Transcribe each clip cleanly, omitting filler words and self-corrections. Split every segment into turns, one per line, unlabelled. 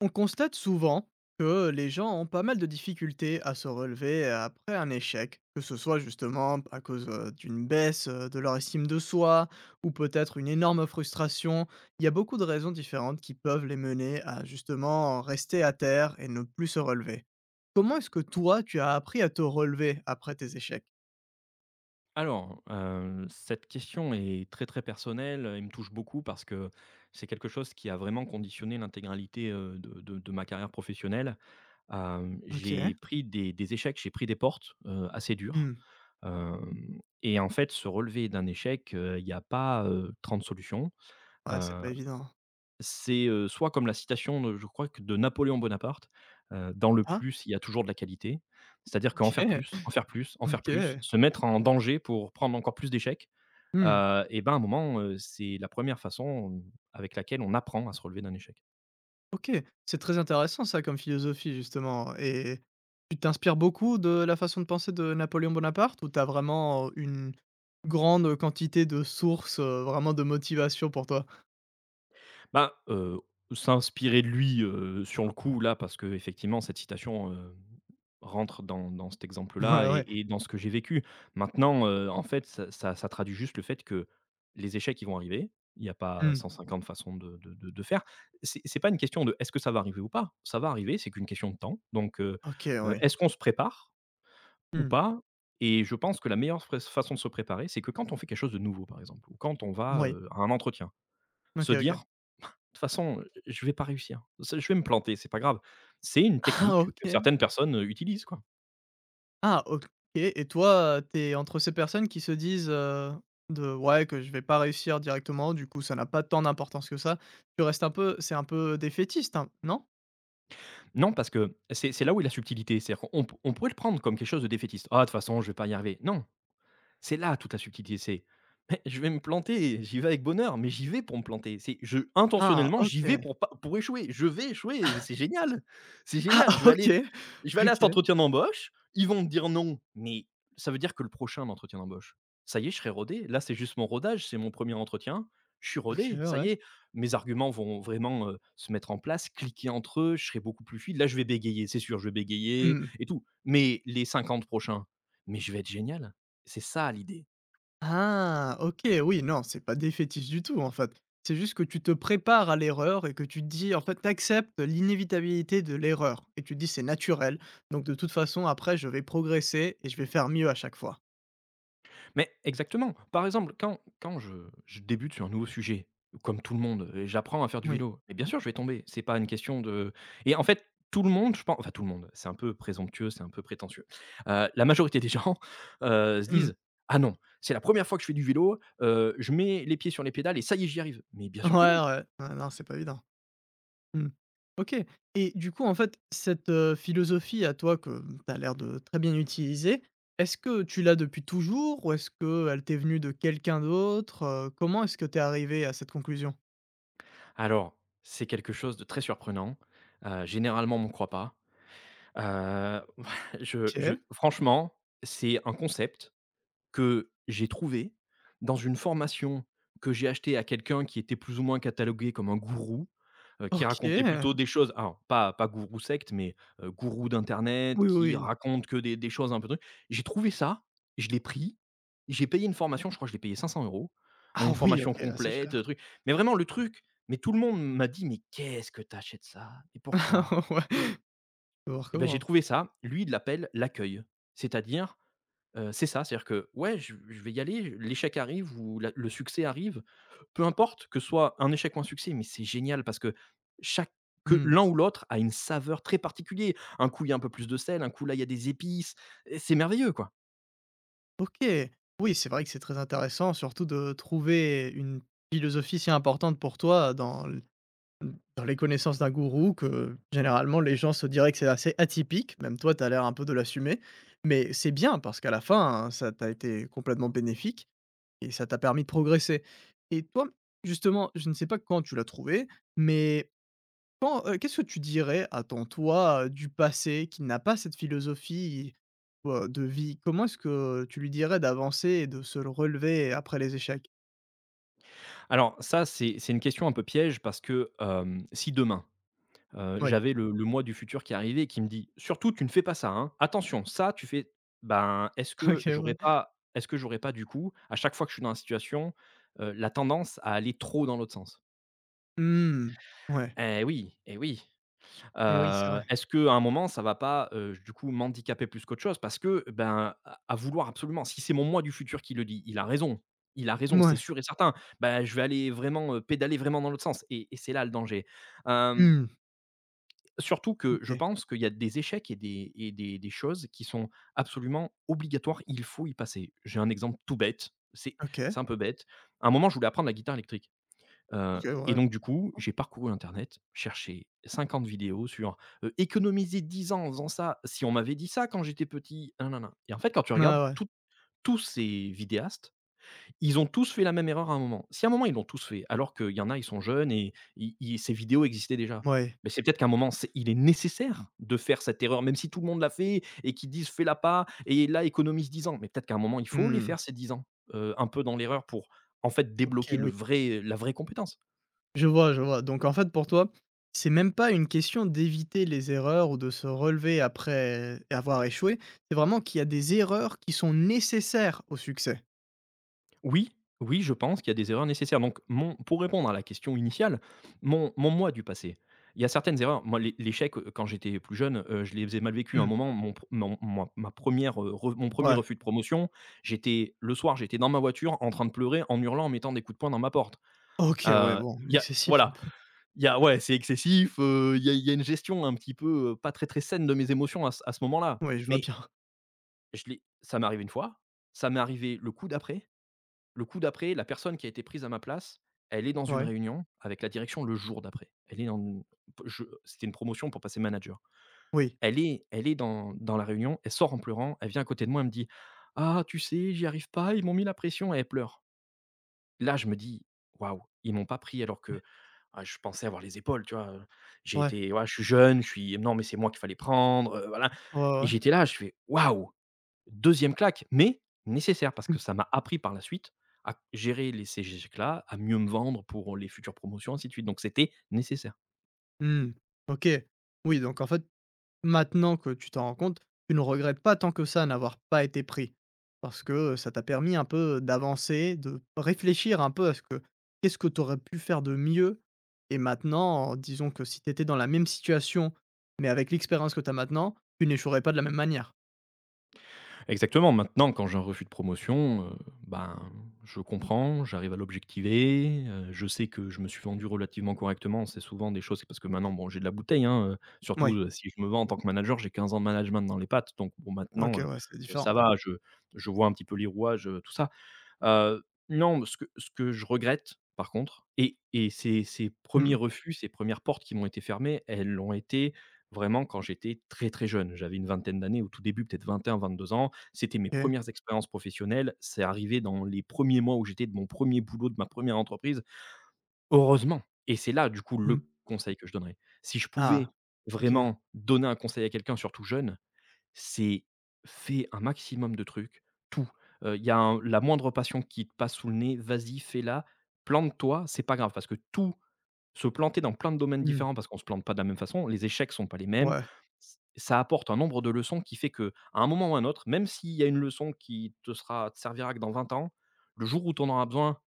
On constate souvent que les gens ont pas mal de difficultés à se relever après un échec, que ce soit justement à cause d'une baisse de leur estime de soi ou peut-être une énorme frustration. Il y a beaucoup de raisons différentes qui peuvent les mener à justement rester à terre et ne plus se relever. Comment est-ce que toi, tu as appris à te relever après tes échecs?
Alors, cette question est très, très personnelle, elle me touche beaucoup parce que c'est quelque chose qui a vraiment conditionné l'intégralité, de ma carrière professionnelle.
OK.
J'ai pris des échecs, j'ai pris des portes, assez dures,
Mmh.
hem et en fait, se relever d'un échec, il n'y a pas, 30 solutions.
Ouais, c'est
Heu,
pas évident.
c'est, soit comme la citation de je crois que de Napoléon Bonaparte: «Dans le
Ah,
plus, il y a toujours de la qualité». C'est-à-dire qu'en faire
OK.
plus, en faire plus, en faire plus,
OK.
se mettre en danger pour prendre encore plus d'échecs
Hmm.
et ben, à un moment, c'est la première façon avec laquelle on apprend à se relever d'un échec.
OK, c'est très intéressant ça comme philosophie justement et tu t'inspires beaucoup de la façon de penser de Napoléon Bonaparte ou t'as vraiment une grande quantité de sources, vraiment de motivation pour toi?
Ben, s'inspirer de lui, sur le coup là, parce que effectivement, cette citation, rentre dans cet
Ouais,
exemple-là et
ouais.
et dans ce que j'ai vécu. Maintenant, en fait, ça traduit juste le fait que les échecs, ils vont arriver. Il n'y a pas
Mmh.
150 façons de faire. C'est pas une question de: «Est-ce que ça va arriver ou pas?» Ça va arriver, c'est qu'une question de temps, donc
OK, oui.
est-ce qu'on se prépare? Ou
Mmh.
pas. Et je pense que la meilleure frais façon de se préparer, c'est que quand on fait quelque chose de nouveau, par exemple, ou quand on va,
Moui.
à un entretien,
OK,
se dire:
OK.
«De toute façon, je vais pas réussir, ça je vais me planter, c'est pas grave». C'est une
Ah
technique que
OK.
certaines personnes, utilisent, quoi.
Ah OK et toi, t'es entre ces personnes qui se disent, de: «Ouais, que je vais pas réussir directement, du coup ça n'a pas tant d'importance que ça». Tu restes un peu c'est un peu défaitiste, hein, non?
Non, parce que c'est là où est la subtilité, c'est-à-dire qu'on pourrait le prendre comme quelque chose de défaitiste: «Ah, de toute façon, je vais pas y arriver». Non, c'est là toute la subtilité, c'est: «Beh, je vais me planter, j'y vais avec bonheur, mais j'y vais pour me planter». C'est je
Ah
Intentionnellement, j'y vais
OK.
pour pas pour échouer. Je vais échouer, mais c'est génial! C'est génial, je vais aller
OK,
je vais aller à cet
OK,
entretien d'embauche, ils vont me dire non, mais ça veut dire que le prochain entretien d'embauche, ça y est, je serai rodé. Là, c'est juste mon rodage, c'est mon premier entretien, je suis
OK,
rodé, ça y
ouais.
est. Mes arguments vont vraiment, se mettre en place, cliquer entre eux, je serai beaucoup plus fluide. Là, je vais bégayer, c'est sûr, je vais bégayer
Mmh.
et tout, mais les 50 prochains, mais je vais être génial! C'est ça l'idée.
Ah, OK, oui, non, c'est pas défaitiste du tout, en fait. C'est juste que tu te prépares à l'erreur et que tu te dis en fait, tu acceptes l'inévitabilité de l'erreur et tu te dis: «C'est naturel, donc de toute façon, après, je vais progresser et je vais faire mieux à chaque fois».
Mais exactement. Par exemple, quand je débute sur un nouveau sujet, comme tout le monde, j'apprends à faire du
Oui.
vélo, mais bien sûr je vais tomber. C'est pas une question de et en fait, tout le monde, je pense, enfin tout le monde, c'est un peu présomptueux, c'est un peu prétentieux. La majorité des gens, se
Mmh.
disent: «Ah non, c'est la première fois que je fais du vélo, je mets les pieds sur les pédales et ça y est j'y arrive». Mais bien
Ouais,
sûr que non.
ouais. Ouais, non, c'est pas évident. Mmh. OK et du coup, en fait, cette, philosophie à toi que tu as l'air de très bien utiliser, est-ce que tu l'as depuis toujours ou est-ce qu'elle t'est venue de quelqu'un d'autre, heu? Comment est-ce que tu es arrivé à cette conclusion?
Alors, c'est quelque chose de très surprenant, généralement on ne croit pas. Heu, je
OK.
franchement, c'est un concept que j'ai trouvé dans une formation que j'ai achetée à quelqu'un qui était plus ou moins catalogué comme un gourou, qui racontait plutôt
OK.
des choses, alors pas gourou secte, mais gourou d'internet
Oui, oui,
qui
oui.
raconte que des choses un peu trucs. J'ai trouvé ça, je l'ai pris, j'ai payé une formation, je crois que je l'ai payé 500 euros,
Ah
une
oui,
formation
OK, assez
complète,
cher.
truc. Mais vraiment le truc, mais tout le monde m'a dit: «Mais qu'est-ce que t'achètes ça? Et pourquoi?»
Ouais, faut voir
Et ben j'ai
comment.
trouvé ça, lui il l'appelle l'accueil. C'est-à-dire, c'est ça, c'est-à-dire que, ouais, je vais y aller, l'échec arrive ou la le succès arrive, peu importe, que ce soit un échec ou un succès, mais c'est génial parce que chaque que
Mmh.
l'un ou l'autre a une saveur très particulière. Un coup, il y a un peu plus de sel, un coup, là, il y a des épices et c'est merveilleux, quoi.
OK. Oui, c'est vrai que c'est très intéressant surtout de trouver une philosophie si importante pour toi dans Mmh, dans les connaissances d'un gourou que, généralement, les gens se diraient que c'est assez atypique, même toi tu as l'air un peu de l'assumer, mais c'est bien parce qu'à la fin, hein, ça t'a été complètement bénéfique et ça t'a permis de progresser et toi, justement, je ne sais pas quand tu l'as trouvé, mais quand, qu'est-ce que tu dirais à ton toi, du passé qui n'a pas cette philosophie, de vie? Comment est-ce que tu lui dirais d'avancer et de se le relever après les échecs?
Alors ça, c'est une question un peu piège parce que, si demain,
Oui,
j'avais le moi du futur qui arrivait et qui me dit: «Surtout tu ne fais pas ça, hein. Attention, ça tu fais», ben, est-ce que
OK,
j'aurais
ouais.
pas est-ce que j'aurais pas du coup, à chaque fois que je suis dans la situation, la tendance à aller trop dans l'autre sens?
Mmh, ouais
Eh oui, eh oui.
et oui, c'est vrai.
Est-ce que à un moment ça va pas, du coup m'handicaper plus qu'autre chose? Parce que, ben, à vouloir absolument si c'est mon moi du futur qui le dit, il a raison, c'est
Ouais.
sûr et certain. Ben je vais aller vraiment, pédaler vraiment dans l'autre sens et c'est là le danger.
Mmh.
Surtout que je
OK.
pense qu'il y a des échecs et des choses qui sont absolument obligatoires, il faut y passer. J'ai un exemple tout bête, c'est
OK.
c'est un peu bête. À un moment, je voulais apprendre la guitare électrique,
OK,
et
ouais.
donc du coup, j'ai parcouru internet, cherché 50 vidéos sur, économiser 10 ans en faisant ça, si on m'avait dit ça quand j'étais petit, nin nin nin et en fait, quand tu regardes
Ah ouais,
tous ces vidéastes, ils ont tous fait la même erreur à un moment. Si à un moment ils l'ont tous fait, alors qu'il y en a, ils sont jeunes et i i ces vidéos existaient déjà.
ouais.
Mais c'est peut-être qu'à un moment, c'est il est nécessaire de faire cette erreur, même si tout le monde l'a fait et qu'ils disent: «Fais-la pas et là, économise 10 ans». Mais peut-être qu'à un moment, il faut les
Mmh.
faire ces 10 ans, un peu dans l'erreur pour, en fait,
OK,
débloquer le
oui.
vrai la vraie compétence.
Je vois, je vois. Donc en fait, pour toi, c'est même pas une question d'éviter les erreurs ou de se relever après avoir échoué, c'est vraiment qu'il y a des erreurs qui sont nécessaires au succès?
Oui, oui, je pense qu'il y a des erreurs nécessaires. Donc, mon pour répondre à la question initiale, mon moi du passé, il y a certaines erreurs. Moi, l'échec, quand j'étais plus jeune, je les ai mal vécu. À un
Mmh.
moment, mon pr mon moi ma première, re re mon premier
Ouais.
refus de promotion, j'étais le soir, j'étais dans ma voiture en train de pleurer, en hurlant, en mettant des coups de poing dans ma porte.
OK, ouais, bon,
Il y a
excessif un
voilà,
peu.
il y a ouais, c'est excessif, il y a une gestion un petit peu, pas très, très saine de mes émotions à ce moment-là.
Oui, je vois
Mais
bien.
je l'ai ça m'est arrivé une fois, ça m'est arrivé le coup d'après. Le coup d'après, la personne qui a été prise à ma place, elle est dans une
Ouais.
réunion avec la direction le jour d'après. Elle est dans une. Je C'était une promotion pour passer manager.
Oui.
Elle est dans la réunion, elle sort en pleurant, elle vient à côté de moi, elle me dit: «Ah tu sais, j'y arrive pas, ils m'ont mis la pression», et elle pleure. Là, je me dis: «Waouh, ils m'ont pas pris alors
Ouais.
que, ah, je pensais avoir les épaules», tu vois? J'ai
Ouais.
été, ouais, je suis jeune, je suis non mais c'est moi qu'il fallait prendre, voilà,
Ouais,
et
ouais.
j'étais là, je fais: «Waouh!» Deuxième claque, mais nécessaire parce
Mmh.
que ça m'a appris par la suite à gérer les ces échecs-là, à mieux me vendre pour les futures promotions, ainsi de suite. Donc c'était nécessaire.
Mmh. OK. Oui, donc en fait maintenant que tu t'en rends compte, tu ne regrettes pas tant que ça n'avoir pas été pris. Parce que, ça t'a permis un peu d'avancer, de réfléchir un peu à ce que qu'est-ce que tu aurais pu faire de mieux? Et maintenant, disons que si tu étais dans la même situation, mais avec l'expérience que tu as maintenant, tu n'échouerais pas de la même manière.
Exactement. Maintenant, quand j'ai un refus de promotion, ben, je comprends, j'arrive à l'objectiver, je sais que je me suis vendu relativement correctement. C'est souvent des choses c'est parce que maintenant, bon, j'ai de la bouteille, hein, surtout,
Oui.
si je me vends en tant que manager, j'ai 15 ans de management dans les pattes, donc bon,
OK,
maintenant,
ouais, c'est
ça
différent.
va, je vois un petit peu les rouages, tout ça. Heu, non, ce que je regrette par contre, et ces un
Mmh.
refus, ces premières portes qui m'ont été fermées, elles l'ont été vraiment quand j'étais très, très jeune. J'avais une vingtaine d'années au tout début, peut-être 21, 22 ans. C'était mes
OK.
premières expériences professionnelles. C'est arrivé dans les premiers mois où j'étais de mon premier boulot, de ma première entreprise. Heureusement, et c'est là, du coup,
Mmh.
le conseil que je donnerais. Si je
Ah,
pouvais
OK.
vraiment donner un conseil à quelqu'un, surtout jeune, c'est fais un maximum de trucs, tout. Il y a un La moindre passion qui te passe sous le nez, vas-y, fais-la, plante-toi, c'est pas grave parce que tout se planter dans plein de domaines
Mmh.
différents parce qu'on se plante pas de la même façon, les échecs sont pas les mêmes.
Ouais.
Ç ça apporte un nombre de leçons qui fait que à un moment ou à un autre, même s'il y a une leçon qui te servira que dans 20 ans, le jour où tu en auras besoin,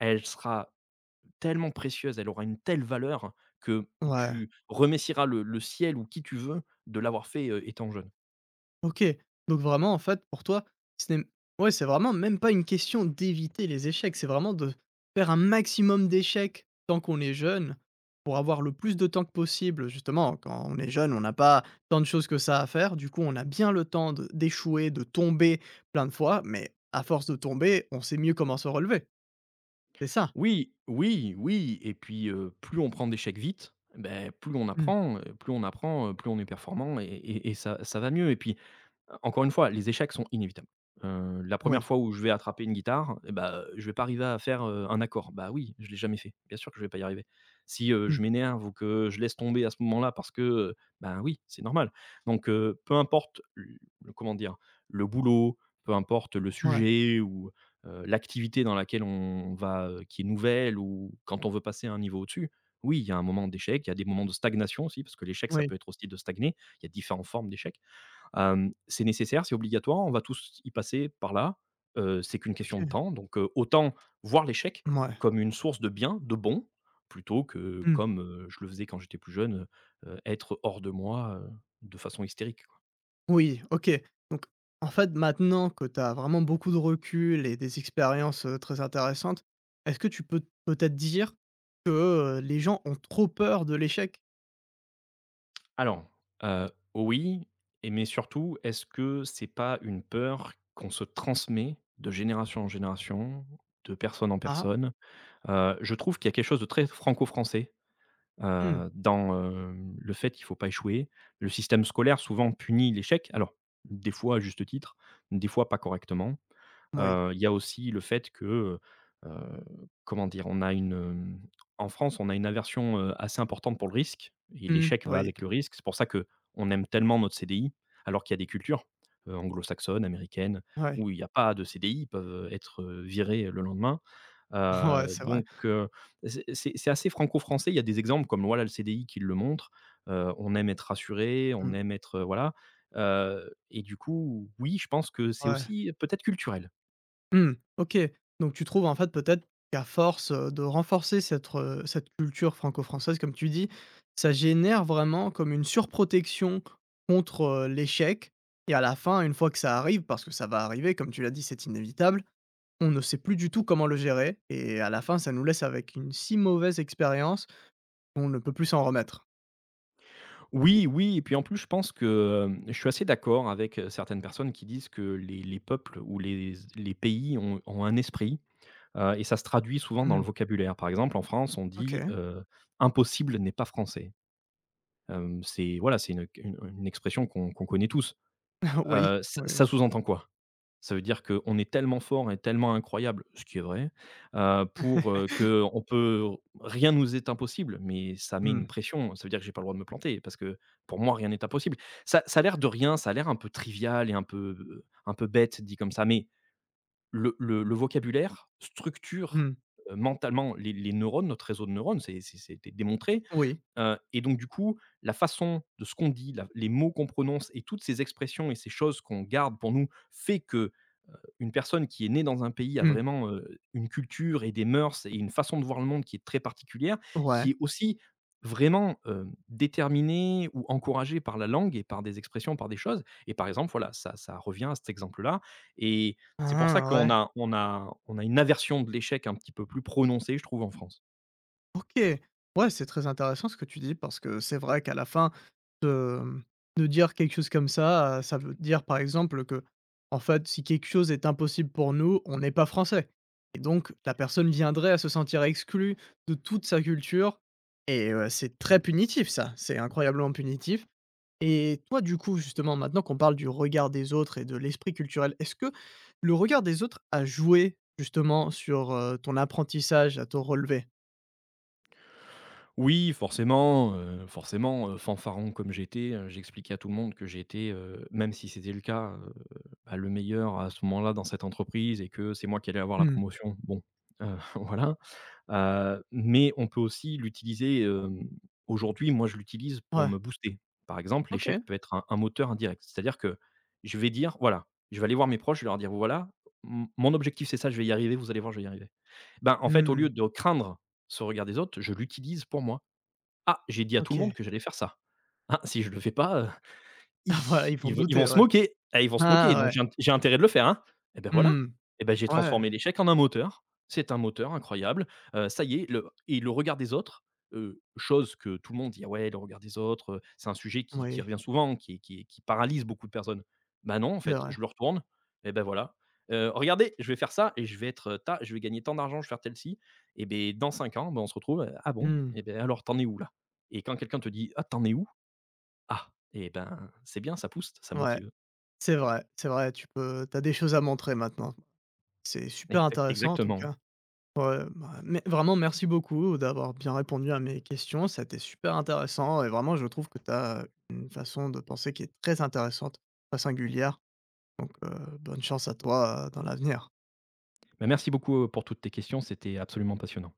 elle sera tellement précieuse, elle aura une telle valeur que
Ouais.
tu remercieras le ciel ou qui tu veux de l'avoir fait, étant jeune.
OK, donc vraiment, en fait, pour toi, ce n'est ouais, c'est vraiment même pas une question d'éviter les échecs, c'est vraiment de faire un maximum d'échecs tant qu'on est jeune, pour avoir le plus de temps que possible. Justement, quand on est jeune, on n'a pas tant de choses que ça à faire, du coup, on a bien le temps de d'échouer, de tomber plein de fois, mais à force de tomber, on sait mieux comment se relever. C'est ça?
Oui, oui, oui et puis, plus on prend d'échecs vite, ben plus on
Mmh,
apprend, plus on est performant et ça va mieux et puis, encore une fois, les échecs sont inévitables. La première
moui.
fois où je vais attraper une guitare, et bah, je vais pas arriver à faire, un accord. Bah, oui, je l'ai jamais fait. Bien sûr que je vais pas y arriver. Si,
Mmh,
je m'énerve ou que je laisse tomber à ce moment-là parce que, ben, oui, c'est normal. Donc, peu importe l le, comment dire? Le boulot, peu importe le
mouais,
sujet ou, l'activité dans laquelle on va, qui est nouvelle ou quand on veut passer à un niveau au-dessus, oui, il y a un moment d'échec, il y a des moments de stagnation aussi, parce que l'échec, ça
oui,
peut être aussi de stagner. Il y a différentes formes d'échec. C'est nécessaire, c'est obligatoire, on va tous y passer par là, c'est qu'une question
OK,
de temps, donc, autant voir l'échec
ouais.
comme une source de bien, de bon, plutôt que
Mmh.
comme, je le faisais quand j'étais plus jeune, être hors de moi, de façon hystérique, quoi.
Oui, OK. Donc, en fait, maintenant que tu as vraiment beaucoup de recul et des expériences, très intéressantes, est-ce que tu peux peut-être dire que, les gens ont trop peur de l'échec?
Alors, heu, oui et mais surtout, est-ce que c'est pas une peur qu'on se transmet de génération en génération, de personne en
Ah!
personne? Je trouve qu'il y a quelque chose de très franco-français,
Mmh.
dans, le fait qu'il ne faut pas échouer. Le système scolaire souvent punit l'échec, alors des fois à juste titre, des fois pas correctement.
Oui.
Il y a aussi le fait que, heu, comment dire? On a une, hem, en France, on a une aversion, assez importante pour le risque et
Mmh.
l'échec va
Oui.
avec le risque. C'est pour ça que on aime tellement notre CDI, alors qu'il y a des cultures, anglo-saxonnes, américaines,
Ouais.
où il n'y a pas de CDI, ils peuvent être, virés le lendemain.
Ouais,
Heu,
c'est vrai.
donc heu, c'est assez franco-français. Il y a des exemples comme voilà le CDI qui le montre. On aime être rassuré,
Mmh.
on aime être, voilà. Et du coup, oui, je pense que c'est
Ouais.
aussi peut-être culturel.
Mmh, OK. Donc tu trouves en fait peut-être qu'à force, de renforcer cette culture franco-française comme tu dis, ça génère vraiment comme une surprotection contre, l'échec et à la fin, une fois que ça arrive, parce que ça va arriver comme tu l'as dit, c'est inévitable, on ne sait plus du tout comment le gérer et à la fin, ça nous laisse avec une si mauvaise expérience qu'on ne peut plus s'en remettre.
Oui, oui, et puis en plus, je pense que, je suis assez d'accord avec, certaines personnes qui disent que les peuples ou les pays ont un esprit, et ça se traduit souvent dans le
Mmh,
vocabulaire. Par exemple, en France, on dit:
OK.
«Impossible n'est pas français». C'est voilà, c'est une expression qu'on connaît tous.
Oui,
Ç
oui, oui.
ça sous-entend quoi? Ça veut dire qu'on est tellement fort et tellement incroyable, ce qui est vrai, que on peut rien nous est impossible, mais ça met une
Mmh,
pression. Ça veut dire que j'ai pas le droit de me planter parce que, pour moi, rien n'est impossible. Ça a l'air de rien, ça a l'air un peu trivial et un peu bête dit comme ça, mais le vocabulaire structure,
mmh.
mentalement les neurones, notre réseau de neurones, c'était démontré,
Oui.
et donc du coup, la façon de ce qu'on dit, la les mots qu'on prononce et toutes ces expressions et ces choses qu'on garde pour nous fait que une personne qui est née dans un pays a
Mmh.
vraiment, une culture et des mœurs et une façon de voir le monde qui est très particulière,
Ouais.
qui est aussi vraiment, déterminée ou encouragée par la langue et par des expressions, par des choses et par exemple, voilà, ça revient à cet exemple-là et c'est pour ça
Hein,
qu'on
ouais.
a on a on a une aversion de l'échec un petit peu plus prononcée, je trouve, en France.
OK. Ouais, c'est très intéressant ce que tu dis parce que c'est vrai qu'à la fin, de de dire quelque chose comme ça, ça veut dire par exemple que, en fait, si quelque chose est impossible pour nous, on n'est pas français et donc la personne viendrait à se sentir exclue de toute sa culture et c'est très punitif ça, c'est incroyablement punitif et toi, du coup, justement, maintenant qu'on parle du regard des autres et de l'esprit culturel, est-ce que le regard des autres a joué justement sur, ton apprentissage, à ton relevé?
Oui, forcément, fanfaron comme j'étais, j'expliquais à tout le monde que j'étais, même si c'était le cas, bah, le meilleur à ce moment-là dans cette entreprise et que c'est moi qui allais avoir la
Mmh.
promotion. Bon, voilà, mais on peut aussi l'utiliser, aujourd'hui, moi, je l'utilise pour
Ouais.
me booster. Par exemple,
OK.
l'échec peut être un moteur indirect. C'est-à-dire que je vais dire: «Voilà», je vais aller voir mes proches, je vais leur dire: «Voilà, m mon objectif, c'est ça, je vais y arriver, vous allez voir, je vais y arriver». Ben, en fait, au
Mmh,
lieu de craindre ce regard des autres, je l'utilise pour moi. Ah, j'ai dit à tout le
OK.
monde que j'allais faire ça. Ah, si je le fais pas, Hi,
Ah bah, ils vont
ils vont
douter,
se
ouais.
moquer. Ah, ils vont se moquer,
Ah
donc
ouais.
j'ai intérêt de le faire, hein. Et bah, voilà.
Mmh.
Et bah, j'ai
Ouais,
transformé l'échec en un moteur. C'est un moteur incroyable. Ça y est, le et le regard des autres, chose que tout le monde dit: «Ah ouais, le regard des autres, c'est un sujet qui
oui,
revient souvent, qui est qui paralyse beaucoup de personnes». Bah, non, en
c'est
fait, je
vrai.
le retourne et bah, voilà. Regardez, je vais faire ça et je vais être, ta je vais gagner tant d'argent, je vais faire tel ci et beh, dans 5 ans, bah, on se retrouve: «Ah bon?
Mmh.
Et beh, alors tu en es où là?» Et quand quelqu'un te dit: «Ah, tu en es où?» Ah! Et ben, c'est bien, ça pousse, ça
Ouais,
motive.
c'est vrai, tu peux tu as des choses à montrer maintenant. C'est super
Exact
intéressant en tout
exactement.
cas. Ouais, bah, mais vraiment merci beaucoup d'avoir bien répondu à mes questions, ça a été super intéressant et vraiment je trouve que tu as une façon de penser qui est très intéressante, très singulière donc bonne chance à toi, dans l'avenir.
Bah, merci beaucoup, pour toutes tes questions, c'était absolument passionnant.